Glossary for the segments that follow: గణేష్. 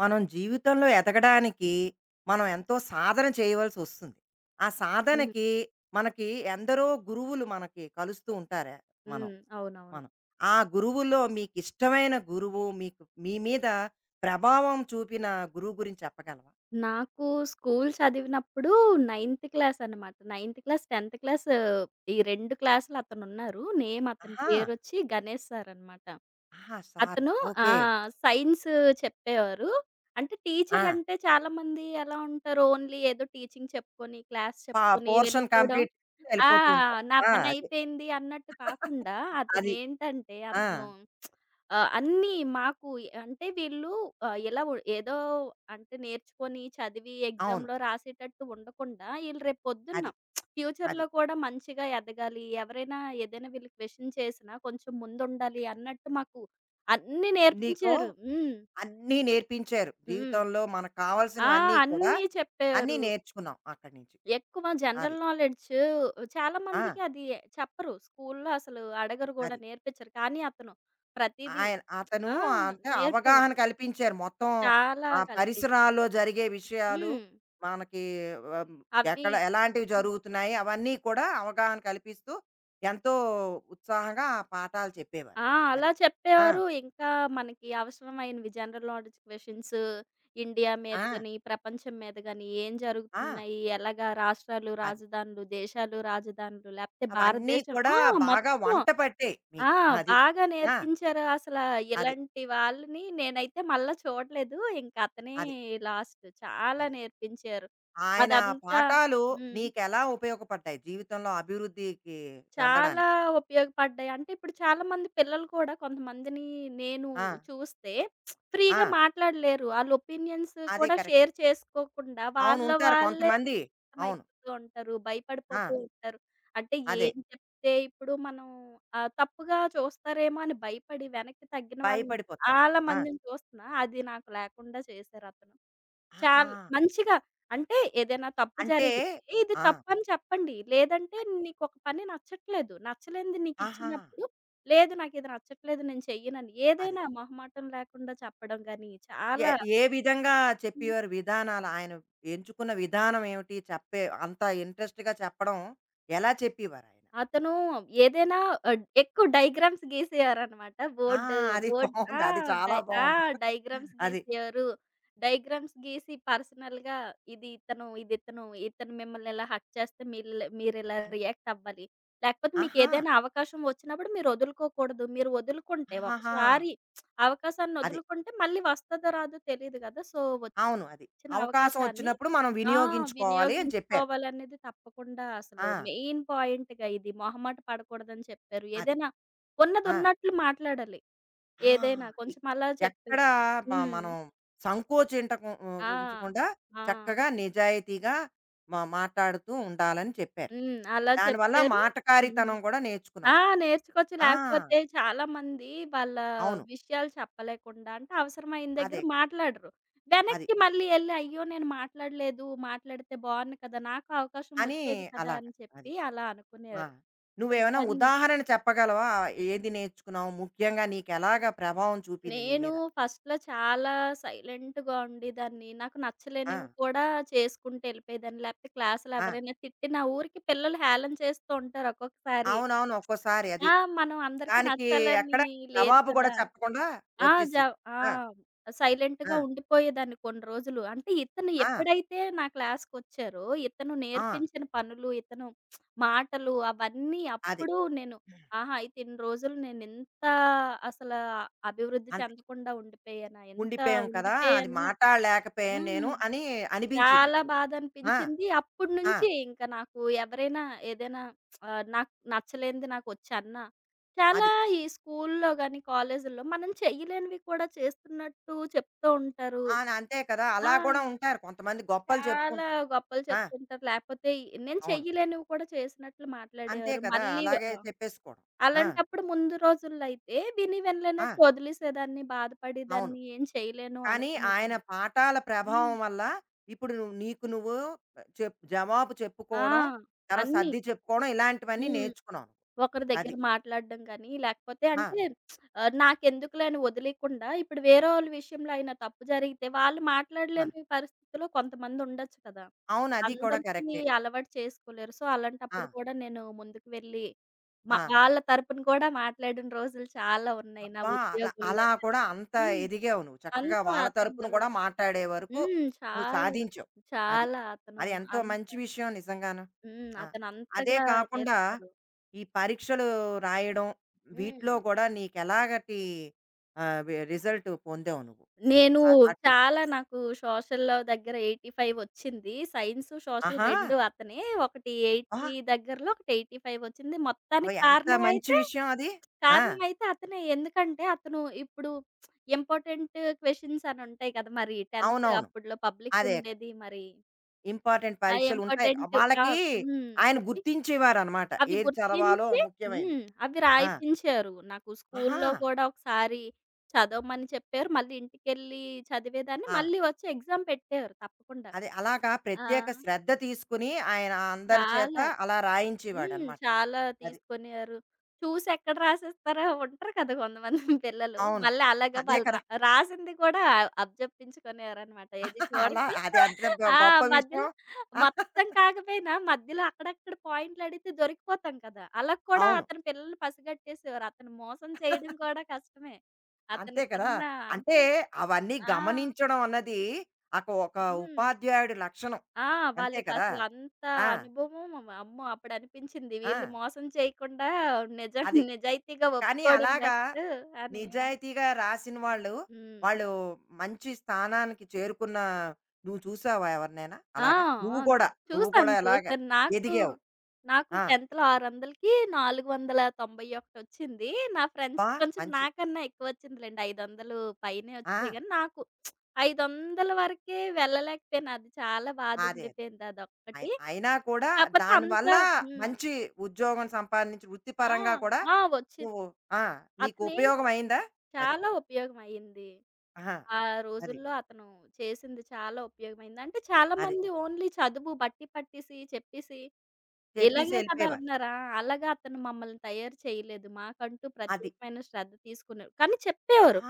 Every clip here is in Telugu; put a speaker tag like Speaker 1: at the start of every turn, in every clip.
Speaker 1: మనం జీవితంలో ఎదగడానికి మనం ఎంతో సాధన చేయవలసి వస్తుంది. ఆ
Speaker 2: హ్మ్.
Speaker 1: సాధనకి మనకి ఎందరో గురువులు మనకి కలుస్తూ ఉంటారు. మనం
Speaker 2: హ్మ్. అవునవును.
Speaker 1: మనం. ఆ గురువుల్లో మీకిష్టమైన గురువు, మీకు మీ మీద ప్రభావం చూపిన గురువు గురించి చెప్పగలవా?
Speaker 2: నాకు స్కూల్ చదివినప్పుడు నైన్త్ క్లాస్ అనమాట. నైన్త్ క్లాస్, 10థ్ క్లాస్ ఈ 2 క్లాస్‌లు అతనున్నారు. నేమ్ అతని
Speaker 1: ఆహా!
Speaker 2: పేరొచ్చి గణేష్ సారనమాట.
Speaker 1: ఆహా, సారు.
Speaker 2: అతను ఆ!
Speaker 1: ఓకే.
Speaker 2: సైన్స్ చెప్పేవారు. అంటే
Speaker 1: ఆ!
Speaker 2: టీచర్ అంటే చాలామంది ఎలా ఉంటారు, ఓన్లీ ఏదో టీచింగ్ చెప్పుకొని, క్లాస్
Speaker 1: పా
Speaker 2: చెప్పుకొని
Speaker 1: పోర్షన్
Speaker 2: వెళ్ళిపోవడం.
Speaker 1: కంప్లీట్ చేసుకొని
Speaker 2: ఆ!
Speaker 1: వెళ్ళిపోతూ ఉంటారు.
Speaker 2: నా
Speaker 1: ఆ!
Speaker 2: పని
Speaker 1: అది.
Speaker 2: అయిపోయింది అన్నట్టు కాకుండా
Speaker 1: అది.
Speaker 2: అతనేంటంటే
Speaker 1: ఆ!
Speaker 2: అతను అన్నీ మాకు అంటే వీళ్ళు ఇలా ఏదో అంటే నేర్చుకొని, చదివి
Speaker 1: అవును.
Speaker 2: ఎగ్జామ్‌లో రాసేటట్టు ఉండకుండా, ఈళ్ళు రేపు పొద్దున్న
Speaker 1: అది. అది.
Speaker 2: ఫ్యూచర్‌లో కూడా మంచిగా ఎదగాలి. ఎవరైనా ఏదైనా వీళ్ళు క్వెషన్ చేసినా కొంచెం ముందుండాలి అన్నట్టు మాకు అన్నీ
Speaker 1: నీకు
Speaker 2: నేర్పించారు. హ్మ్.
Speaker 1: అన్నీ నేర్పించారు.
Speaker 2: హ్మ్.
Speaker 1: జీవితంలో మనకు
Speaker 2: ఆ!
Speaker 1: కావాల్సినవన్నీ కూడా
Speaker 2: అన్నీ
Speaker 1: అన్నీ
Speaker 2: చెప్పారు.
Speaker 1: నేర్చుకున్నాం అక్కడి నుంచి.
Speaker 2: ఎక్కువ జనరల్
Speaker 1: అది.
Speaker 2: నాలెడ్జ్ చాలా
Speaker 1: ఆ!
Speaker 2: మందికి అది చెప్పరు. స్కూల్‌లో అసలు అడగరు గూడా,
Speaker 1: అది.
Speaker 2: నేర్పించరు. కానీ అతను ప్రతీదీ
Speaker 1: ఆయన అతను
Speaker 2: ఆ!
Speaker 1: అంటే అవగాహన
Speaker 2: నేర్పారు.
Speaker 1: కల్పించారు. మొత్తం
Speaker 2: చాలా
Speaker 1: ఆ పరిసరాల్లో
Speaker 2: కల్పించారు.
Speaker 1: జరిగే విషయాలు,
Speaker 2: హ్మ్.
Speaker 1: మనకి ఆహ్,
Speaker 2: అవి
Speaker 1: ఎక్కడ ఎలాంటివి
Speaker 2: హ్మ్.
Speaker 1: జరుగుతున్నాయి అవన్నీ కూడా అవగాహన కల్పిస్తూ ఎంతో ఉత్సాహంగా ఆ పాఠాలు చెప్పేవారు.
Speaker 2: ఆ!
Speaker 1: అది.
Speaker 2: అలా
Speaker 1: ఆ!
Speaker 2: చెప్పేవారు. ఇంకా మనకి అవసరమైనవి జనరల్ నాలెడ్జ్ క్వెషన్స్, ఇండియా మీద
Speaker 1: ఆ!
Speaker 2: గాని, ప్రపంచం మీద గాని ఏం
Speaker 1: ఆ!
Speaker 2: జరుగుతున్నాయి, ఎలాగా రాష్ట్రాలు,
Speaker 1: అది.
Speaker 2: రాజధానులు, దేశాలు, రాజధానులు లేకపోతే
Speaker 1: అవన్నీ
Speaker 2: భారతదేశం
Speaker 1: కూడా బాగా
Speaker 2: మొత్తం.
Speaker 1: వంట పట్టాయి
Speaker 2: ఆ!
Speaker 1: మీకు. అది.
Speaker 2: బాగా
Speaker 1: ఆ!
Speaker 2: నేర్పించారు. అసలా
Speaker 1: అది.
Speaker 2: ఇలాంటి వాళ్ళని నేనైతే మళ్ళా చూడలేదు. ఇంక అతనే
Speaker 1: అది.
Speaker 2: లాస్ట్. చాలా
Speaker 1: అది.
Speaker 2: నేర్పించారు.
Speaker 1: ఆయన
Speaker 2: అదంతా
Speaker 1: పాఠాలు
Speaker 2: హ్మ్.
Speaker 1: నీకెలా ఉపయోగపడ్డాయి జీవితంలో అభివృద్ధికి
Speaker 2: చాలా
Speaker 1: చెందడానికి?
Speaker 2: ఉపయోగపడ్డాయి. అంటే ఇప్పుడు చాలామంది పిల్లలు కూడా కొంతమందిని నేను
Speaker 1: ఆ!
Speaker 2: చూస్తే
Speaker 1: ఆ!
Speaker 2: ఫ్రీగా మాట్లాడలేరు. ఆళ్ళ ఒపీనియన్స్
Speaker 1: అదే
Speaker 2: కూడా
Speaker 1: కరెక్టే.
Speaker 2: షేర్ చేసుకోకుండా
Speaker 1: అవును,
Speaker 2: వాళ్ళ
Speaker 1: ఉంటారు
Speaker 2: వాళ్ళే
Speaker 1: కొంతమంది. అవును.
Speaker 2: అర్థమైపోతూ ఉంటారు.
Speaker 1: ఆ!
Speaker 2: భయపడిపోతూ ఉంటారు. అంటే
Speaker 1: అదే.
Speaker 2: ఏం చెప్తే ఇప్పుడు మనం తప్పుగా చూస్తారేమో అని భయపడి వెనక్కి తగ్గిన వాళ్ళని
Speaker 1: భయపడిపోతారు.
Speaker 2: చాలా
Speaker 1: ఆ!
Speaker 2: మందిని చూస్తున్నా. అది నాకు లేకుండా చేశారతను.
Speaker 1: ఆహా!
Speaker 2: చాల్ మంచిగా అంటే ఏదైనా తప్పు
Speaker 1: అంటే
Speaker 2: జరిగితే ఇది
Speaker 1: ఆ!
Speaker 2: తప్పని చెప్పండి. లేదంటే నీకొక పని నచ్చట్లేదు. నచ్చలేనిది
Speaker 1: ఆహా!
Speaker 2: నీకిచ్చినప్పుడు, లేదు నాకిది నచ్చట్లేదు నేను చెయ్యనని
Speaker 1: అదే.
Speaker 2: ఏదైనా మొహమాటం లేకుండా చెప్పడం గాని
Speaker 1: ఏ
Speaker 2: చాలా
Speaker 1: ఏ విధంగా చెప్పేవారు విధానాలు? ఆయన ఎంచుకున్న విధానం ఏమిటి? చెప్పే అంత ఇంట్రెస్ట్‌గా చెప్పడం ఎలా చెప్పేవారాయన?
Speaker 2: అతను ఏదైనా ఎక్కువ డయాగ్రామ్స్ గీసేవారనమాట.
Speaker 1: ఆ!
Speaker 2: బోర్డు
Speaker 1: అది
Speaker 2: బోర్డ్
Speaker 1: బావుంది.
Speaker 2: ఆ!
Speaker 1: అది చాలా
Speaker 2: డై ఆ!
Speaker 1: బావుంది.
Speaker 2: డయాగ్రామ్స్
Speaker 1: అది.
Speaker 2: గీసేవారు. డయాగ్రామ్స్ గీసి పర్సనల్‌గా ఇది ఇతను, ఇది ఇతను, ఇతను మిమ్మల్ని ఇలా హర్ట్ చేస్తే మీరిలా మీరిలా
Speaker 1: అన్
Speaker 2: రియాక్ట్ అవ్వాలి. లేకపోతే
Speaker 1: ఆహా!
Speaker 2: మీకేదైనా అవకాశం వచ్చినప్పుడు మీరొదులుకోకూడదు. మీరు వదులుకుంటే
Speaker 1: ఆహాహా!
Speaker 2: ఒకసారి అవకాశాన్ని
Speaker 1: అది.
Speaker 2: వదులుకుంటే మళ్ళీ వస్తదో రాదో తెలీదు గదా! సో
Speaker 1: అవును. అది.
Speaker 2: ఇచ్చిన
Speaker 1: అవకాశం
Speaker 2: అవకాశాన్ని
Speaker 1: వచ్చినప్పుడు మనం
Speaker 2: ఆ!
Speaker 1: వినియోగించుకోవాలి అని చెప్పారు.
Speaker 2: వినియోగించుకోవాలనేది తప్పకుండా అసలు
Speaker 1: ఆ!
Speaker 2: మెయిన్ పాయింట్‌గా ఇది మొహమాట పడకూడదని చెప్పారు.
Speaker 1: అది.
Speaker 2: ఏదైనా ఉన్నది
Speaker 1: ఆ!
Speaker 2: ఉన్నట్లు మాట్లాడాలి.
Speaker 1: ఆ!
Speaker 2: ఏదైనా
Speaker 1: అది.
Speaker 2: కొంచెం అలా చెప్పారు.
Speaker 1: ఎక్కడా మ
Speaker 2: హ్మ్.
Speaker 1: మనం సంకోచింటకం ఆహ్,
Speaker 2: ఆ!
Speaker 1: ఉంచకుండా
Speaker 2: ఆ!
Speaker 1: చక్కగా నిజాయితీగా మాట్లాడుతూ ఉండాలని చెప్పారు.
Speaker 2: హ్మ్. అలా
Speaker 1: దానివల్ల
Speaker 2: చెప్పారు. హ్మ్.
Speaker 1: మాటకారితనం కూడా
Speaker 2: ఆ!
Speaker 1: నేర్చుకున్నావు నువ్వు.
Speaker 2: నేర్చుకోవచ్చు.
Speaker 1: ఆ!
Speaker 2: లేకపోతే చాలామంది వాళ్ళ
Speaker 1: అవును.
Speaker 2: విషయాలు చెప్పలేకుండా అంటే అవసరమైన దగ్గర
Speaker 1: అదే.
Speaker 2: మాట్లాడరు.
Speaker 1: అది.
Speaker 2: వెనక్కి మళ్ళీ ఎళ్లి అయ్యో! నేను మాట్లాడలేదు. మాట్లాడితే బావుండు కదా! నాకు అవకాశం
Speaker 1: అని
Speaker 2: వచ్చేది కదా!
Speaker 1: అలాగా.
Speaker 2: అని
Speaker 1: అది.
Speaker 2: చెప్పి అలా
Speaker 1: ఆ!
Speaker 2: అనుకునేవారు.
Speaker 1: నువ్వేమైనా
Speaker 2: ఇవన్నీ
Speaker 1: ఉదాహరణ చెప్పగలవా? ఆ, ఏది నేర్చుకున్నావు? ముఖ్యంగా నీకెలాగా ప్రభావం చూపింది నీ
Speaker 2: నేను
Speaker 1: మీద?
Speaker 2: ఫస్ట్‌లో చాలా సైలెంట్‌గా ఉండేదాన్ని. నాకు
Speaker 1: ఆ!
Speaker 2: నచ్చలేనివి కూడా చేసుకుంటూ ఎళ్ళిపోయేదాన్ని. లేకపోతే క్లాస్‌లో
Speaker 1: ఆ!
Speaker 2: ఎవరైనా తిట్టినా ఊరికే పిల్లలు హేళన చేస్తూ ఉంటారు ఒక్కొక్కసారి.
Speaker 1: అవునవును. ఒక్కోసారి అది.
Speaker 2: ఆ! మనం అందరికీ
Speaker 1: దానికి
Speaker 2: నచ్చాలని
Speaker 1: ఎక్కడ
Speaker 2: లేదు
Speaker 1: జవాబు గూడా
Speaker 2: కదా!
Speaker 1: చెప్పకుండా
Speaker 2: ఆ! జ
Speaker 1: వచ్చేసిద్ది.
Speaker 2: ఆ!
Speaker 1: ఆ!
Speaker 2: సైలెంట్‌గా
Speaker 1: ఆ!
Speaker 2: ఉండిపోయేదాన్ని కొన్ని రోజులు. అంటే ఇతను
Speaker 1: ఆ!
Speaker 2: ఎప్పుడైతే నా క్లాస్‌కొచ్చారో, ఇతను
Speaker 1: ఆ!
Speaker 2: నేర్పించిన పనులు, ఇతను మాటలు అవన్నీ
Speaker 1: అది.
Speaker 2: అప్పుడు నేను ఆహా! అయితే ఇన్ని రోజులు నేనింత అసల అభివృద్ధి
Speaker 1: అంతే.
Speaker 2: చెందకుండా ఉండిపోయానా? ఎంత
Speaker 1: ఉండిపోయాం కదా! అది
Speaker 2: ఉండిపోయాను
Speaker 1: మాటాడలేకపోయాను నేను
Speaker 2: హ్మ్.
Speaker 1: అని అనిపించింది
Speaker 2: చాలా
Speaker 1: అది. ఆ!
Speaker 2: బాధనిపించింది. అప్పటి
Speaker 1: ఆ!
Speaker 2: నుంచి ఇంక నాకు ఎవరైనా ఏదైనా నాకు నచ్చలేనిది నాకొచ్చన్నా, చాలా
Speaker 1: అది.
Speaker 2: ఈ స్కూల్లో గాని, కాలేజుల్లో మనం చెయ్యలేనివి కూడా చేస్తున్నట్టు చెప్తూ ఉంటారు.
Speaker 1: ఆన్ అంతే కదా!
Speaker 2: ఆ!
Speaker 1: అలా గూడా ఉంటారు కొంతమంది గొప్పలు
Speaker 2: చాలా
Speaker 1: చెప్పుకుంటారు.
Speaker 2: గొప్పలు
Speaker 1: ఆ!
Speaker 2: చెప్తుంటారు. లేపోతే ఈ నేను
Speaker 1: అవును.
Speaker 2: చెయ్యలేనివి కూడా చేసినట్లు
Speaker 1: అంతే
Speaker 2: మాట్లాడేవారు.
Speaker 1: కదా!
Speaker 2: మళ్ళీ వ
Speaker 1: అలాగే
Speaker 2: ఆ!
Speaker 1: చెప్పేసుకోవడం. ఆ!
Speaker 2: అలాంటప్పుడు ముందు రోజుల్లో అయితే విని
Speaker 1: ఆ!
Speaker 2: వినలేనట్టు వదిలేసేదాన్ని,
Speaker 1: అవును.
Speaker 2: బాధపడేదాన్ని, ఏం చేయలేను
Speaker 1: కానీ ఆయన
Speaker 2: అనుకునేదాన్ని.
Speaker 1: పాఠాల ప్రభావం
Speaker 2: హ్మ్.
Speaker 1: వల్ల ఇప్పుడు నువ్వు నీకు నువ్వు చెప్ జవాబు
Speaker 2: ఆ!
Speaker 1: చెప్పుకోవడం, తర్వాత
Speaker 2: అన్నీ.
Speaker 1: సర్ది చెప్పుకోవడం ఇలాంటివన్నీ
Speaker 2: హ్మ్.
Speaker 1: నేర్చుకున్నావు నువ్వు.
Speaker 2: ఒకరి దగ్గర
Speaker 1: అది.
Speaker 2: మాట్లాడడం గాని, లేకపోతే
Speaker 1: ఆ!
Speaker 2: అంటే నాకెందుకులే అని వదిలేయకుండా, ఇప్పుడు వేరోళ్ళ విషయంలో అయినా తప్పు జరిగితే, వాళ్ళు
Speaker 1: ఆ!
Speaker 2: మాట్లాడలేని పరిస్థితిలో కొంతమందుండొచ్చు కదా!
Speaker 1: అవును, అది కూడా
Speaker 2: అందరికీ
Speaker 1: కరెక్టే.
Speaker 2: అలవాటు చేసుకోలేరు. సో,
Speaker 1: ఆ!
Speaker 2: అలాంటప్పుడు కూడా నేను ముందుకు వెళ్ళి,
Speaker 1: ఆ!
Speaker 2: వాళ్ళ తరపున కూడా మాట్లాడిన రోజులు చాలా ఉన్నాయి నా
Speaker 1: అబ్బా! అలా
Speaker 2: ఉద్యోగంలో.
Speaker 1: అలా కూడా అంత
Speaker 2: హ్మ్.
Speaker 1: ఎదిగావు నువ్వు. చక్కగా
Speaker 2: అంతా
Speaker 1: వాళ్ళ
Speaker 2: అతని
Speaker 1: తరపున
Speaker 2: వల్ల.
Speaker 1: కూడా మాట్లాడే వరకు నువ్వు
Speaker 2: చాలా.
Speaker 1: సాధించావు. అది.
Speaker 2: చాలా అతను
Speaker 1: అది ఎంతో
Speaker 2: అంత
Speaker 1: మంచి విషయం నిజంగాను. ఆ!
Speaker 2: అతను
Speaker 1: అదే
Speaker 2: అంతగా
Speaker 1: కాకుండా
Speaker 2: నేర్పారు.
Speaker 1: ఈ పరీక్షలు రాయడం వీటిలో
Speaker 2: హ్మ్.
Speaker 1: కూడా నీకెలాగటి ఆహ్, వె రిజల్ట్ పొందావు నువ్వు?
Speaker 2: నేను
Speaker 1: ఆహ్, వాటిలో?
Speaker 2: చాలా నాకు సోషల్‌లో దగ్గర 85 వచ్చింది. సైన్సు, సోషల్
Speaker 1: ఆహా!
Speaker 2: 2 అతనే. ఒకటి
Speaker 1: అబ్బా!
Speaker 2: 80 దగ్గరలో, ఒకటి 85 వచ్చింది.
Speaker 1: అవి
Speaker 2: మొత్తానికి
Speaker 1: ఎంత మంచి
Speaker 2: కారణమైతే
Speaker 1: విషయం అది. ఆ!
Speaker 2: కారణమైతే అతనే. ఎందుకంటే అతను ఇప్పుడు ఇంపార్టెంట్ క్వెషన్స్ అని ఉంటాయి కదా! మరి 10th
Speaker 1: అవునవును.
Speaker 2: అప్పట్లో పబ్లిక్
Speaker 1: అదే కదా!
Speaker 2: ఉండేది. మరి
Speaker 1: ఇంపార్టెంట్
Speaker 2: ఆ
Speaker 1: పరీక్షలుంటాయి.
Speaker 2: ఇంపార్టెంట్ ఆ!
Speaker 1: వాళ్ళకి
Speaker 2: హ్మ్.
Speaker 1: ఆయన
Speaker 2: అవి
Speaker 1: గుర్తించేవారనమాట
Speaker 2: అవి
Speaker 1: ఏది చదవాలో
Speaker 2: గుర్తించి
Speaker 1: ముఖ్యమైనవి.
Speaker 2: అవి
Speaker 1: ఆ!
Speaker 2: రాయిపించారు. నాకు
Speaker 1: ఆహా!
Speaker 2: స్కూల్లో కూడా ఒకసారి చదవమని చెప్పారు. మళ్ళీ ఇంటికెళ్ళి చదివేదాన్ని.
Speaker 1: ఆ!
Speaker 2: మళ్ళీ వచ్చి ఎగ్జామ్ పెట్టారు తప్పకుండా.
Speaker 1: అదే అలాగా
Speaker 2: ఆ!
Speaker 1: ప్రత్యేక శ్రద్ధ తీసుకుని ఆయన అందరి చేత
Speaker 2: చాలా.
Speaker 1: అలా రాయించేవాడనమాట.
Speaker 2: చాలా
Speaker 1: అది.
Speaker 2: తీసుకొనియారు. చూసి ఎక్కడ రాసేస్తారో ఉంటారు కదా కొంతమంది పిల్లలు.
Speaker 1: అవును.
Speaker 2: మళ్ళీ అలాగా
Speaker 1: అదే
Speaker 2: వాళ్ళు
Speaker 1: కదా!
Speaker 2: రాసింది కూడా అప్పజెప్పించుకునేవారనమాట. ఏది
Speaker 1: అలా
Speaker 2: చూడక
Speaker 1: అది అంత గొ-
Speaker 2: ఆ!
Speaker 1: గొప్ప విషయం.
Speaker 2: మధ్యలో మొత్తం కాకపోయినా మధ్యలో అక్కడక్కడ పాయింట్లు అడిగితే దొరికిపోతాం కదా! అలా కూడా
Speaker 1: అవును.
Speaker 2: అతని పిల్లల్ని పసిగట్టేసేవారు. అతను మోసం చేయడం కూడా కష్టమే.
Speaker 1: అంతే కదా!
Speaker 2: అతనికున్న
Speaker 1: అంటే
Speaker 2: అంటే
Speaker 1: అవన్నీ
Speaker 2: ఆ!
Speaker 1: గమనించడం అన్నది ఒక ఒక
Speaker 2: హ్మ్.
Speaker 1: ఉపాధ్యాయుడి లక్షణం.
Speaker 2: ఆ!
Speaker 1: అంతే కదా!
Speaker 2: వాళ్ళకసలు అంత
Speaker 1: ఆ!
Speaker 2: అనుభవం అమ్మో! అప్పుడు అనిపించింది
Speaker 1: ఆ!
Speaker 2: వీళ్ళు మోసం చేయకుండా నిజం
Speaker 1: అది.
Speaker 2: నిజాయితీగా
Speaker 1: కానీ
Speaker 2: ఒప్పుకోవడం
Speaker 1: అలాగా
Speaker 2: బెస్ట్ అని.
Speaker 1: నిజాయితీగా రాసిన వాళ్ళు,
Speaker 2: హ్మ్.
Speaker 1: వాళ్ళు మంచి స్థానానికి చేరుకున్న నువ్వు చూసావా ఎవరినైనా
Speaker 2: ఆ!
Speaker 1: అలాగా?
Speaker 2: ఆ!
Speaker 1: నువ్వు కూడా, నువ్వు
Speaker 2: చూసాను.
Speaker 1: కూడా ఎలాగా
Speaker 2: చూసాను. నాకు
Speaker 1: ఎదిగావు.
Speaker 2: నాకు
Speaker 1: ఆ!
Speaker 2: 10th లో 600కి 491 నా ఫ్రెండ్స్
Speaker 1: అబ్బా!
Speaker 2: కొంచెం
Speaker 1: మంచి
Speaker 2: నాకన్నా ఎక్కువ వచ్చిందిలెండి. 500 పైనే
Speaker 1: ఆ!
Speaker 2: వచ్చాయి గానీ నాకు 500 వరకే వెళ్ళలేకపోయాను. అది చాలా బాధ
Speaker 1: అదే. అదే
Speaker 2: ఉండిపోయింది
Speaker 1: అయి
Speaker 2: అదొక్కటి.
Speaker 1: అయినా కూడా
Speaker 2: కాకపోతే అంత
Speaker 1: దానివల్ల
Speaker 2: హ్మ్.
Speaker 1: మంచి ఉద్యోగం సంపాదించి
Speaker 2: ఆ!
Speaker 1: వృత్తిపరంగా కూడా
Speaker 2: ఆ! వచ్చింది.
Speaker 1: నువ్వు ఆ! నీకు ఉపయోగం
Speaker 2: అతనేంటంటే
Speaker 1: అయిందా? అది.
Speaker 2: చాలా ఉపయోగమయ్యింది.
Speaker 1: ఆహా!
Speaker 2: ఆ
Speaker 1: అది.
Speaker 2: రోజుల్లో అతను చేసింది చాలా ఉపయోగమైంది. అంటే
Speaker 1: అది.
Speaker 2: చాలామంది ఓన్లీ చదువు బట్టి పట్టేసి, చెప్పేసి
Speaker 1: చెప్పేసి
Speaker 2: ఇలాగే కదా
Speaker 1: ఎళ్ళిపోయేవారు.
Speaker 2: ఉన్నారా? అలాగా అతను మమ్మల్ని తయారు చేయలేదు. మాకంటూ
Speaker 1: అది.
Speaker 2: ప్రత్యేకమైన శ్రద్ధ తీసుకునేవారు. కానీ చెప్పేవారు.
Speaker 1: ఆ!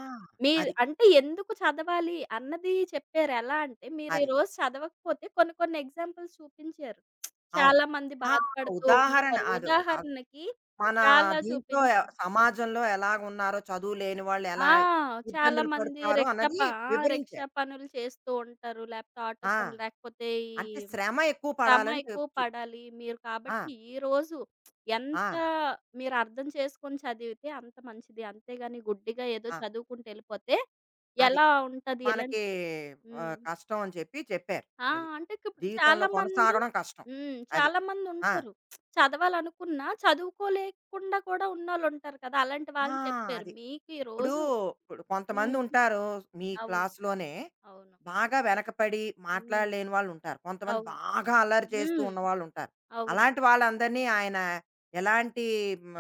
Speaker 2: మీరు
Speaker 1: అది.
Speaker 2: అంటే ఎందుకు చదవాలి అన్నది చెప్పారు. ఎలా అంటే మీరు ఈ
Speaker 1: అదే.
Speaker 2: రోజు చదవకపోతే కొన్ని కొన్ని ఎగ్జాంపుల్స్ చూపించారు.
Speaker 1: అవును.
Speaker 2: చాలా మంది
Speaker 1: ఆ!
Speaker 2: బాధపడుతూ
Speaker 1: ఉదాహరణ
Speaker 2: ఉంటారు.
Speaker 1: అదో అద్
Speaker 2: ఉదాహరణకి
Speaker 1: మన
Speaker 2: చాలా
Speaker 1: దీంట్లో ఎ-
Speaker 2: చూపించారు.
Speaker 1: సమాజంలో ఎలాగున్నారో, చదువు లేని వాళ్ళు ఎలా
Speaker 2: ఆ! చాలా
Speaker 1: ఇబ్బందులు
Speaker 2: మంది
Speaker 1: పడతారో
Speaker 2: రిక్షా ప
Speaker 1: అన్నది
Speaker 2: ఆ! రిక్షా
Speaker 1: వివరించారు.
Speaker 2: పనులు చేస్తూ ఉంటారు. లేకపోతే ఆటో
Speaker 1: ఆ!
Speaker 2: పనులు, లేకపోతే ఈ
Speaker 1: అంటే శ్రమ ఎక్కువ
Speaker 2: శ్రమ
Speaker 1: పడాలని
Speaker 2: ఎక్కువ
Speaker 1: చెప్ చు
Speaker 2: పడాలి. మీరు
Speaker 1: ఆ!
Speaker 2: కాబట్టి ఈ రోజు ఎంత
Speaker 1: ఆ!
Speaker 2: మీరు అర్థం చేసుకొని చదివితే అంత మంచిది. అంతేగాని గుడ్డిగా ఏదో
Speaker 1: ఆ!
Speaker 2: చదువుకుంటూ ఎళ్ళిపోతే
Speaker 1: అది.
Speaker 2: ఎలా ఉంటది? ఎలాంటి
Speaker 1: మనకి
Speaker 2: హ్మ్.
Speaker 1: ఆహ్, కష్టం అని చెప్పి చెప్పారు.
Speaker 2: ఆ!
Speaker 1: అది.
Speaker 2: అంటే ఇప్పుడు
Speaker 1: జీవితంలో
Speaker 2: చాలామంది
Speaker 1: కొనసాగడం కష్టం. అది.
Speaker 2: చాలామంది
Speaker 1: ఆ!
Speaker 2: ఉంటారు. చదవాలనుకున్నా చదువుకోలేకుండా కూడా ఉన్నోళ్ళుంటారు కదా! అలాంటి
Speaker 1: ఆ!
Speaker 2: వాళ్ళని చెప్పారు.
Speaker 1: అది.
Speaker 2: మీకు ఈ
Speaker 1: ఇప్పుడు,
Speaker 2: రోజు
Speaker 1: ఇప్పుడు
Speaker 2: హ్మ్.
Speaker 1: కొంతమందుంటారు మీ
Speaker 2: అవును.
Speaker 1: క్లాస్‌లోనే
Speaker 2: అవును.
Speaker 1: బాగా వెనకపడి
Speaker 2: హ్మ్.
Speaker 1: మాట్లాడలేని వాళ్ళుంటారు. కొంతమంది
Speaker 2: అవును.
Speaker 1: బాగా అల్లరి చేస్తూ
Speaker 2: హ్మ్.
Speaker 1: ఉన్నవాళ్ళుంటారు.
Speaker 2: అవును.
Speaker 1: అలాంటి వాళ్ళందరినీ ఆయన ఎలాంటి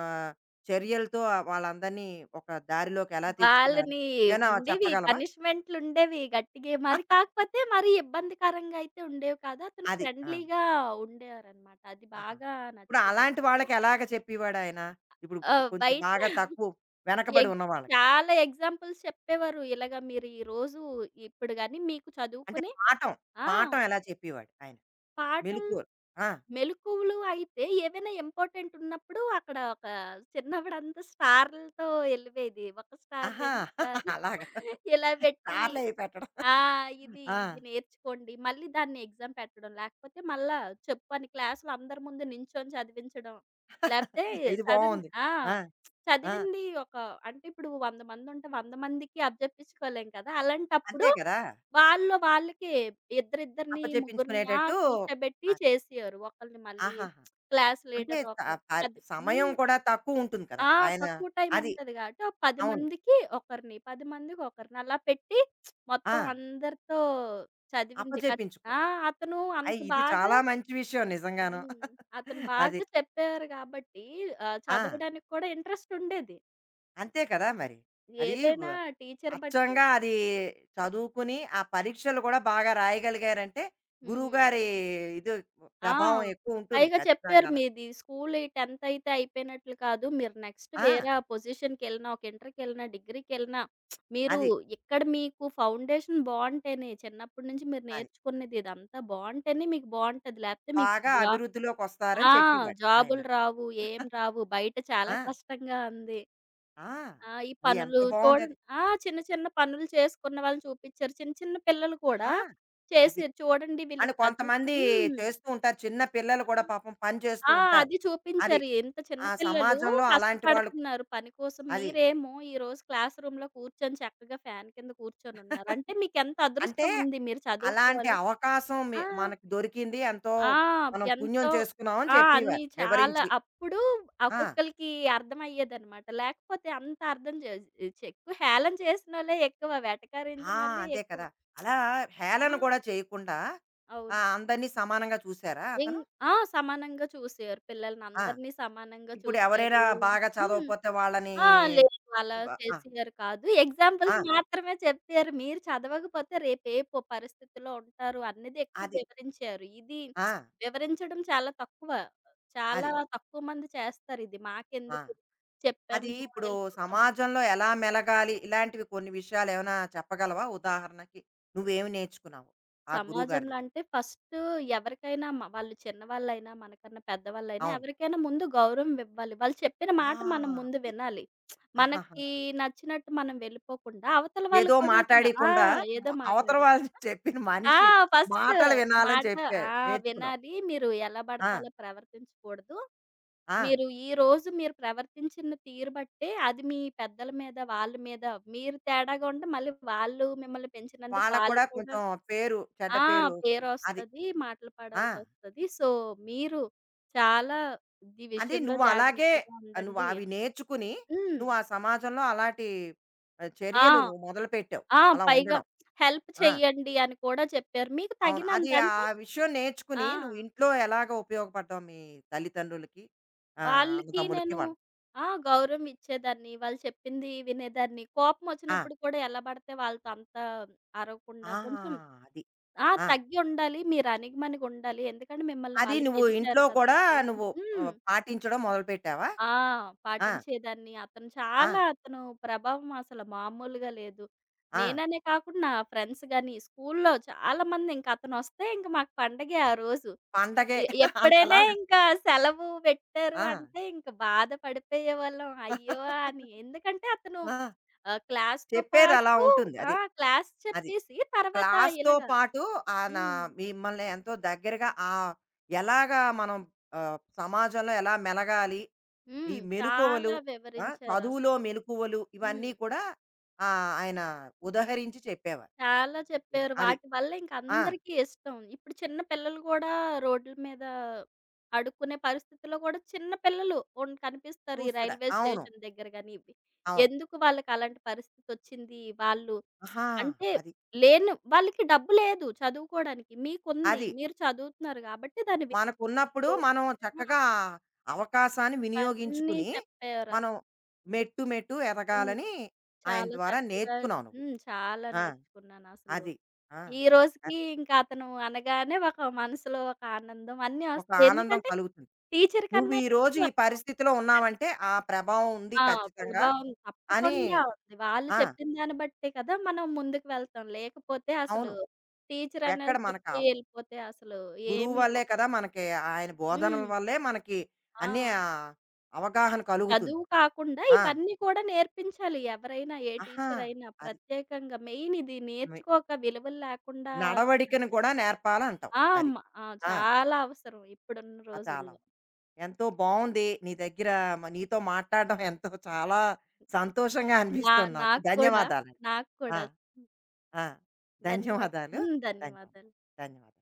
Speaker 1: ఆహ్, చర్యలతో వాళ్ళందరినీ ఒక దారిలోకి ఎలా తెచ్చుకున్నారు?
Speaker 2: వాళ్ళని
Speaker 1: ఏమైనా
Speaker 2: ఉండేవి
Speaker 1: చెప్పగలవా?
Speaker 2: పనిష్మెంట్లుండేవి గట్టిగే. మరి కాకపోతే మరీ ఇబ్బందికరంగా అయితే ఉండేవి కాదు. అతను
Speaker 1: అది. ఆ!
Speaker 2: ఫ్రెండ్లీగా ఉండేవారనమాట. అది
Speaker 1: ఆహా!
Speaker 2: బాగా
Speaker 1: ఇప్పుడు అలాంటి
Speaker 2: నచ్చేదతనికి.
Speaker 1: వాళ్ళకి ఎలాగ చెప్పేవాడాయన? ఇప్పుడు
Speaker 2: ఆ!
Speaker 1: కొంచెం
Speaker 2: బయట
Speaker 1: బాగా తక్కువ వెనకబడి
Speaker 2: ఎగ్
Speaker 1: ఉన్న వాళ్ళకి.
Speaker 2: చాలా ఎగ్జాంపుల్స్ చెప్పేవారు. ఇలాగ మీరు ఈరోజు ఇప్పుడు గాని మీకు
Speaker 1: అంటే
Speaker 2: చదువుకుని
Speaker 1: పాఠం,
Speaker 2: ఆ!
Speaker 1: పాఠం ఎలా చెప్పేవాడు ఆయన?
Speaker 2: పాఠం
Speaker 1: మెలుకువలు. ఆ!
Speaker 2: మెలుకువలు అయితే ఏవైనా ఇంపార్టెంట్ ఉన్నప్పుడు అక్కడ ఒక చిన్నప్పుడంతా స్టార్‌లతో ఎళ్ళిపోయేది. ఒక స్టార్,
Speaker 1: ఆహా!
Speaker 2: 2 స్టార్‌లు
Speaker 1: అలాగా
Speaker 2: ఇలా పెట్టి
Speaker 1: స్టార్లయి పెట్టడం.
Speaker 2: ఆ! ఇది,
Speaker 1: ఆ!
Speaker 2: ఇది నేర్చుకోండి. మళ్ళీ దాన్ని ఎగ్జామ్ పెట్టడం. లేకపోతే మళ్ళా చెప్పని క్లాస్‌లో అందరి ముందు నించొని చదివించడం. లేపోతే
Speaker 1: ఇది
Speaker 2: సడన్
Speaker 1: బావుంది.
Speaker 2: ఆ!
Speaker 1: ఆ! ఆ!
Speaker 2: చదివింది ఒక అంటే ఇప్పుడు 100 మందుంటే 100 మందికి అప్పజెప్పించుకోలేం కదా!
Speaker 1: అంతే
Speaker 2: అలాంటప్పుడు
Speaker 1: కదా!
Speaker 2: వాళ్ళు వాళ్ళకి ఇద్దరిద్దరిని, ముగ్గురిని
Speaker 1: అప్పచెప్పించుకునేటట్టు
Speaker 2: కూర్చోబెట్టి
Speaker 1: అది.
Speaker 2: చేసేవారు. ఒకళ్ళని మళ్ళీ
Speaker 1: ఆహాహా!
Speaker 2: క్లాస్
Speaker 1: అంటే
Speaker 2: లీడర్ ఒక
Speaker 1: ఆ పరి
Speaker 2: పది
Speaker 1: సమయం
Speaker 2: హ్మ్.
Speaker 1: కూడా తక్కువుంటుంది కదా!
Speaker 2: ఆ!
Speaker 1: ఆయన
Speaker 2: తక్కువ టైం
Speaker 1: అది.
Speaker 2: ఉంటది కాబట్టి, ఒక 10
Speaker 1: అవును.
Speaker 2: మందికి ఒకరిని, 10 మందికి ఒకరిని అలా పెట్టి మొత్తం
Speaker 1: ఆ!
Speaker 2: అందరితో చదివింది. కత్
Speaker 1: అప్పచెప్పించుకోవడం.
Speaker 2: ఆ! అతను అంత
Speaker 1: అయ్ ఇది
Speaker 2: బాగా
Speaker 1: చాలా మంచి విషయం నిజంగాను.
Speaker 2: హ్మ్. అతను
Speaker 1: అది.
Speaker 2: బాగా చెప్పారు కాబట్టి
Speaker 1: ఆ!
Speaker 2: చదవడానికి కూడా ఇంట్రెస్ట్ ఉండేది.
Speaker 1: అంతే కదా మరి. అది వ
Speaker 2: ఏదైనా టీచర్ బట్టి.
Speaker 1: అచ్చంగా అది చదువుకుని, ఆ పరీక్షలు కూడా బాగా రాయగలిగారంటే,
Speaker 2: హ్మ్.
Speaker 1: గురువుగారి ఇది
Speaker 2: ఆ!
Speaker 1: ప్రభావం ఎక్కువుంటుంది
Speaker 2: పైగా చెప్పారు
Speaker 1: ఖచ్చితంగాను.
Speaker 2: మీది స్కూల్ ఈ 10th అయితే అయిపోయినట్లు కాదు. మీరు నెక్స్ట్
Speaker 1: ఆ!
Speaker 2: వేరే ఆ పొజిషన్‌కెళ్ళినా, ఒక ఇంటర్‌కెళ్ళినా, డిగ్రీకెళ్ళినా మీరు
Speaker 1: అది.
Speaker 2: ఇక్కడ మీకు ఫౌండేషన్ బావుంటేనే, చిన్నప్పటి నుంచి మీరు
Speaker 1: అది.
Speaker 2: నేర్చుకున్నది ఇదంతా బావుంటేనే మీకు బావుంటది. లేకపోతే మీకు
Speaker 1: బాగా
Speaker 2: జా
Speaker 1: అభివృద్ధిలోకొస్తారని
Speaker 2: ఆ!
Speaker 1: చెప్పేవారు ఆయన.
Speaker 2: జాబులు రావు, ఏం రావు. బయట చాలా
Speaker 1: ఆ!
Speaker 2: కష్టంగా ఉంది.
Speaker 1: ఆ!
Speaker 2: ఈ
Speaker 1: అది ఎంత
Speaker 2: పనులు
Speaker 1: బావుందది.
Speaker 2: చూడండి చిన్న చిన్న పనులు చేసుకున్న వాళ్ళని చూపిచ్చారు. చిన్న చిన్న పిల్లలు కూడా
Speaker 1: ఆహా! అది.
Speaker 2: చేసిర్రు. చూడండి
Speaker 1: అని
Speaker 2: వీళ్ళకి చదువు
Speaker 1: కొంతమంది
Speaker 2: హ్మ్.
Speaker 1: చేస్తూ ఉంటారు. చిన్న పిల్లలు
Speaker 2: ఆ!
Speaker 1: కూడా పాపం పని చేస్తూ
Speaker 2: ఆ!
Speaker 1: ఉంటారు.
Speaker 2: అది
Speaker 1: అది.
Speaker 2: చూపించారు. ఇంత చిన్న
Speaker 1: ఆ
Speaker 2: పిల్లలు
Speaker 1: సమాజంలో అలాంటి వాళ్ళు
Speaker 2: కష్టపడుతున్నారు పని కోసం.
Speaker 1: అది.
Speaker 2: మీరేమో ఈరోజు క్లాస్ రూమ్‌లో కూర్చొని చక్కగా ఫ్యాన్ కింద కూర్చొనున్నారు. అంటే మీకెంత
Speaker 1: అంటే
Speaker 2: అదృష్టం ఉంది. మీరు
Speaker 1: అలాంటి
Speaker 2: చదువుకోవాలి
Speaker 1: అవకాశం మి
Speaker 2: ఆ!
Speaker 1: మనకు దొరికింది. ఎంతో
Speaker 2: ఆ!
Speaker 1: మనం పుణ్యం
Speaker 2: ఎంతో
Speaker 1: చేసుకున్నామని
Speaker 2: అన్నీ
Speaker 1: చెప్పేవారు
Speaker 2: చాలా
Speaker 1: వివరించి.
Speaker 2: అప్పుడు
Speaker 1: ఆ!
Speaker 2: ఒక్కొక్కళ్ళకి అర్థమయ్యేదనమాట. లేకపోతే అంత అర్థం చే చే ఎక్కువ హేళన చేసినోళ్ళే ఎక్కువ,
Speaker 1: ఆ!
Speaker 2: వెటకరించినోళ్ళే
Speaker 1: అదే
Speaker 2: ఎక్కువ.
Speaker 1: కదా! అలా హేళన
Speaker 2: ఆ!
Speaker 1: కూడా చేయకుండా
Speaker 2: అవును.
Speaker 1: ఆహ్, అందరినీ సమానంగా చూసారా
Speaker 2: ఇం
Speaker 1: అతను?
Speaker 2: ఆ! సమానంగా చూసారు. పిల్లల్ని
Speaker 1: ఆ!
Speaker 2: అందరిని సమానంగా
Speaker 1: ఇప్పుడు ఎవరైనా
Speaker 2: చూసారు.
Speaker 1: బాగా
Speaker 2: హ్మ్.
Speaker 1: చదవకపోతే వాళ్ళని
Speaker 2: ఆ! లేదు. అలా
Speaker 1: వ ఆ!
Speaker 2: చేసియరు కాదు.
Speaker 1: ఆ!
Speaker 2: ఎగ్జాంపుల్స్ మాత్రమే చెప్పారు. మీరు చదవకపోతే రేపు ఏ పరిస్థితిలో ఉంటారు అన్నది ఎక్కువ
Speaker 1: అది.
Speaker 2: వివరించారు. ఇది
Speaker 1: ఆ!
Speaker 2: వివరించడం చాలా తక్కువ. చాలా
Speaker 1: అది.
Speaker 2: తక్కువ మంది చేస్తారు ఇది.
Speaker 1: ఆ!
Speaker 2: మాకెందుకు
Speaker 1: అది
Speaker 2: చెప్పాము
Speaker 1: ఇప్పుడు
Speaker 2: వెళ్ళిపోతాము.
Speaker 1: సమాజంలో ఎలా మెలగాలి? ఇలాంటివి కొన్ని విషయాలేమైనా చెప్పగలవా? ఉదాహరణకి నువ్వేమి నేర్చుకున్నావు ఆ గురువుగారి
Speaker 2: సమాజంలో
Speaker 1: దగ్గర?
Speaker 2: అంటే ఫస్ట్ ఎవరికైనా వాళ్ళు చిన్నవాళ్ళైనా, మనకన్నా పెద్దవాళ్ళైనా
Speaker 1: అవును.
Speaker 2: ఎవరికైనా ముందు గౌరవం ఇవ్వాలి. వాళ్ళు చెప్పిన
Speaker 1: ఆ!
Speaker 2: మాట మనం ముందు
Speaker 1: అది.
Speaker 2: వినాలి.
Speaker 1: ఆహాహా!
Speaker 2: మనకి నచ్చినట్టు మనం వెళ్ళిపోకుండా అవతల వాళ్ళు
Speaker 1: ఏదో
Speaker 2: కూడా అసలు
Speaker 1: మాట్లాడీకుండా
Speaker 2: ఏదో
Speaker 1: అవతల
Speaker 2: మాట్లాడారు.
Speaker 1: వాళ్ళు చెప్పిన
Speaker 2: ఆ!
Speaker 1: మనిషి
Speaker 2: ఫస్ట్
Speaker 1: మాటలు వినాలని
Speaker 2: మాట
Speaker 1: చెప్పే
Speaker 2: ఆ!
Speaker 1: నేర్చుకున్నాం.
Speaker 2: వినాలి. మీరు ఎలా
Speaker 1: ఆ!
Speaker 2: పడితే అలా ప్రవర్తించకూడదు.
Speaker 1: ఆ!
Speaker 2: మీరు ఈరోజు మీరు ప్రవర్తించిన తీరు బట్టే అది మీ పెద్దల మీద, వాళ్ళ మీద మీరు తేడాగా ఉంటే మళ్ళీ వాళ్ళు మిమ్మల్ని పెంచినందుకు
Speaker 1: వాళ్ళకి
Speaker 2: వాళ్ళు
Speaker 1: కూడా
Speaker 2: కూడా
Speaker 1: కొంచెం పేరు, చెడ్డ
Speaker 2: ఆ!
Speaker 1: పేరు వస్తుంది. అది.
Speaker 2: పేరొస్తది. మాటలు
Speaker 1: ఆ!
Speaker 2: పడాల్సొస్తది. సో, మీరు చాలా ఈ
Speaker 1: అది
Speaker 2: విషయంలో
Speaker 1: నువ్వు అలాగే
Speaker 2: జాగ్రత్తగా
Speaker 1: ఆహ్, నువ్వు
Speaker 2: ఉండండి
Speaker 1: అవి
Speaker 2: అని.
Speaker 1: నేర్చుకుని
Speaker 2: హ్మ్.
Speaker 1: నువ్వు ఆ సమాజంలో అలాంటి ఆహ్, చర్యలు
Speaker 2: ఆ!
Speaker 1: నువ్వు మొదలుపెట్టావు.
Speaker 2: ఆ!
Speaker 1: అలా
Speaker 2: పైగా
Speaker 1: ఉండడం.
Speaker 2: హెల్ప్
Speaker 1: ఆ!
Speaker 2: చేయండి అని కూడా చెప్పారు. మీకు
Speaker 1: అవును. అది
Speaker 2: తగినంత
Speaker 1: ఆ
Speaker 2: అంటే
Speaker 1: విషయం
Speaker 2: ఆ!
Speaker 1: నేర్చుకుని నువ్వు ఇంట్లో ఎలాగ ఉపయోగపడ్డావు మీ తల్లిదండ్రులకి, ఆహ్,
Speaker 2: వాళ్ళకి
Speaker 1: అన్నదమ్ములకి
Speaker 2: నేను
Speaker 1: వాళ్ళకి?
Speaker 2: గౌరవం ఇచ్చేదాన్ని. వాళ్ళు చెప్పింది వినేదాన్ని.
Speaker 1: ఆ!
Speaker 2: కోపమొచ్చినప్పుడు కూడా ఎలా పడితే వాళ్ళతో అంత
Speaker 1: ఆ!
Speaker 2: అరవకుండా కొంచెం
Speaker 1: అది. ఆ!
Speaker 2: తగ్గి ఉండాలి. మీరు అణిగిమణిగుండాలి. ఎందుకంటే మిమ్మల్ని
Speaker 1: అది
Speaker 2: వాళ్ళు
Speaker 1: నువ్వు
Speaker 2: పెంచారు
Speaker 1: ఇంట్లో
Speaker 2: కదా!
Speaker 1: కూడా నువ్వు
Speaker 2: హ్మ్.
Speaker 1: ఆహ్, పాటించడం మొదలుపెట్టావా?
Speaker 2: ఆ!
Speaker 1: ఆ!
Speaker 2: పాటించేదాన్ని. అతను
Speaker 1: ఆ!
Speaker 2: చాలా అతను ప్రభావం అసలు మామూలుగా లేదు.
Speaker 1: ఆ!
Speaker 2: నేననే కాకుండా నా ఫ్రెండ్స్ గాని, స్కూల్లో చాలా మంది ఇంక అతనొస్తే ఇంక మాకు పండగే ఆ రోజు.
Speaker 1: పండగే
Speaker 2: ఎప్పుడైనా
Speaker 1: అంతలాగా.
Speaker 2: ఇంకా సెలవు పెట్టారు
Speaker 1: ఆ!
Speaker 2: అంటే, ఇంక బాధ పడిపోయేవాళ్ళం. అయ్యో! అని. ఎందుకంటే అతను
Speaker 1: ఆ!
Speaker 2: క్లాస్‌తో
Speaker 1: చెప్పేది అలా
Speaker 2: పాటు
Speaker 1: ఉంటుంది. అది.
Speaker 2: క్లాస్
Speaker 1: అది.
Speaker 2: చెప్పేసి తర్వాత
Speaker 1: క్లాస్‌తో
Speaker 2: ఇలాగ
Speaker 1: పాటు ఆహ్, నా
Speaker 2: హ్మ్.
Speaker 1: మిమ్మల్ని ఎంతో దగ్గరగా ఆహ్, ఎలాగా మనం ఆహ్, సమాజంలో ఎలా మెలగాలి? ఈ
Speaker 2: హ్మ్.
Speaker 1: మెలుకువలు
Speaker 2: చాలా
Speaker 1: ఆ! చదువులో
Speaker 2: వివరించారసలు.
Speaker 1: మెలుకువలు
Speaker 2: హ్మ్.
Speaker 1: ఇవన్నీ కూడా ఆహ్, ఆయన ఉదహరించి చెప్పేవారు.
Speaker 2: చాలా చెప్పారు.
Speaker 1: అది.
Speaker 2: వాటి వల్ల ఇంక
Speaker 1: ఆ!
Speaker 2: అందరికీ ఇష్టం. ఇప్పుడు చిన్న పిల్లలు కూడా రోడ్ల మీద అడుక్కునే పరిస్థితిలో కూడా చిన్న పిల్లలు కనిపిస్తారు. ఈ
Speaker 1: చూస్తున్నారు.
Speaker 2: రైల్వే
Speaker 1: అవును.
Speaker 2: స్టేషన్ దగ్గర గాని ఇవి.
Speaker 1: అవును.
Speaker 2: ఎందుకు వాళ్ళకి అలాంటి పరిస్థితొచ్చింది? వాళ్ళు
Speaker 1: ఆహా!
Speaker 2: అంటే
Speaker 1: అది.
Speaker 2: లేని వాళ్ళకి డబ్బు లేదు చదువుకోడానికి. మీకుంది.
Speaker 1: అది.
Speaker 2: మీరు చదువుతున్నారు గాబట్టి దాన్ని
Speaker 1: మనకున్నప్పుడు
Speaker 2: విప్పుకోవడం.
Speaker 1: మనం చక్కగా అవకాశాన్ని
Speaker 2: ఇవన్నీ
Speaker 1: వినియోగించుకుని,
Speaker 2: చెప్పారసలు.
Speaker 1: మనం మెట్టు మెట్టు
Speaker 2: హ్మ్.
Speaker 1: ఎదగాలని ఆయన
Speaker 2: చాలా
Speaker 1: ద్వారా
Speaker 2: చక్కగా
Speaker 1: నేర్చుకున్నావు నువ్వు.
Speaker 2: చాలా
Speaker 1: ఆ!
Speaker 2: నేర్చుకున్నానసలు.
Speaker 1: అది. ఆ!
Speaker 2: ఈ రోజుకి
Speaker 1: అది.
Speaker 2: ఇంకా అతను అనగానే ఒక మనసులో ఒక ఆనందం అన్నీ
Speaker 1: ఒక
Speaker 2: ఒస్తాయి.
Speaker 1: ఆనందం
Speaker 2: ఎందుకంటే
Speaker 1: కలుగుతుంది.
Speaker 2: టీచర్
Speaker 1: నువ్వు
Speaker 2: కన్నా
Speaker 1: ఈ రోజు
Speaker 2: ఎక్కువ
Speaker 1: ఈ
Speaker 2: అతను
Speaker 1: పరిస్థితిలో ఉన్నావంటే ఆ ప్రభావం ఉంది
Speaker 2: ఆ!
Speaker 1: ఖచ్చితంగా
Speaker 2: ప్రభావం
Speaker 1: అని
Speaker 2: తప్పకుండా ఉంది. వాళ్ళు
Speaker 1: ఆ!
Speaker 2: చెప్పిన దాన్ని బట్టే కదా మనం ముందుకు వెళ్తాం. లేకపోతే అసలు
Speaker 1: అవును.
Speaker 2: టీచర్
Speaker 1: ఎక్కడ
Speaker 2: అన్నోళ్ళు
Speaker 1: మనకు
Speaker 2: చెప్పి
Speaker 1: ఆవ్
Speaker 2: ఎళ్ళిపోతే అసలు
Speaker 1: గురువు
Speaker 2: ఏమి
Speaker 1: వల్లే
Speaker 2: ఉప
Speaker 1: కదా! మనకి ఆయన బోధనల
Speaker 2: హ్మ్.
Speaker 1: వల్లే మనకి
Speaker 2: ఆ!
Speaker 1: అన్నీ ఆహ్, అవగాహన కలుగుతుంది.
Speaker 2: చదువు కాకుండా
Speaker 1: ఆ!
Speaker 2: ఇవన్నీ కూడా నేర్పించాలి. ఎవరైనా ఏ
Speaker 1: ఆహా!
Speaker 2: టీచర్ అయినా ప్రత్యేకంగా మెయిన్ ఇది
Speaker 1: అది.
Speaker 2: నేర్చుకోక విలువలు లేకుండా అసలు
Speaker 1: నడవడికను కూడా
Speaker 2: కనిపిస్తుంది.
Speaker 1: నేర్పాలంటావు.
Speaker 2: ఆ!
Speaker 1: అది.
Speaker 2: మ ఆ!
Speaker 1: ఆ!
Speaker 2: చాలా అవసరం ఇప్పుడున్న
Speaker 1: అది చాలా.
Speaker 2: రోజుల్లో.
Speaker 1: ఎంతో బావుంది. నీ దగ్గర నీతో మాట్లాడడం ఎంతో చాలా సంతోషంగా
Speaker 2: నా
Speaker 1: అనిపిస్తుంది నాకు.
Speaker 2: నాకు కూడా
Speaker 1: ధన్యవాదాలు.
Speaker 2: నాకు
Speaker 1: ఆ!
Speaker 2: కూడా.
Speaker 1: ఆ!
Speaker 2: ధన్యవాదాలు.
Speaker 1: ధన్యవాదాలు. ధన్యవాదాలు.
Speaker 2: ధన్యవాదాలు.
Speaker 1: ధన్యవాదాలు.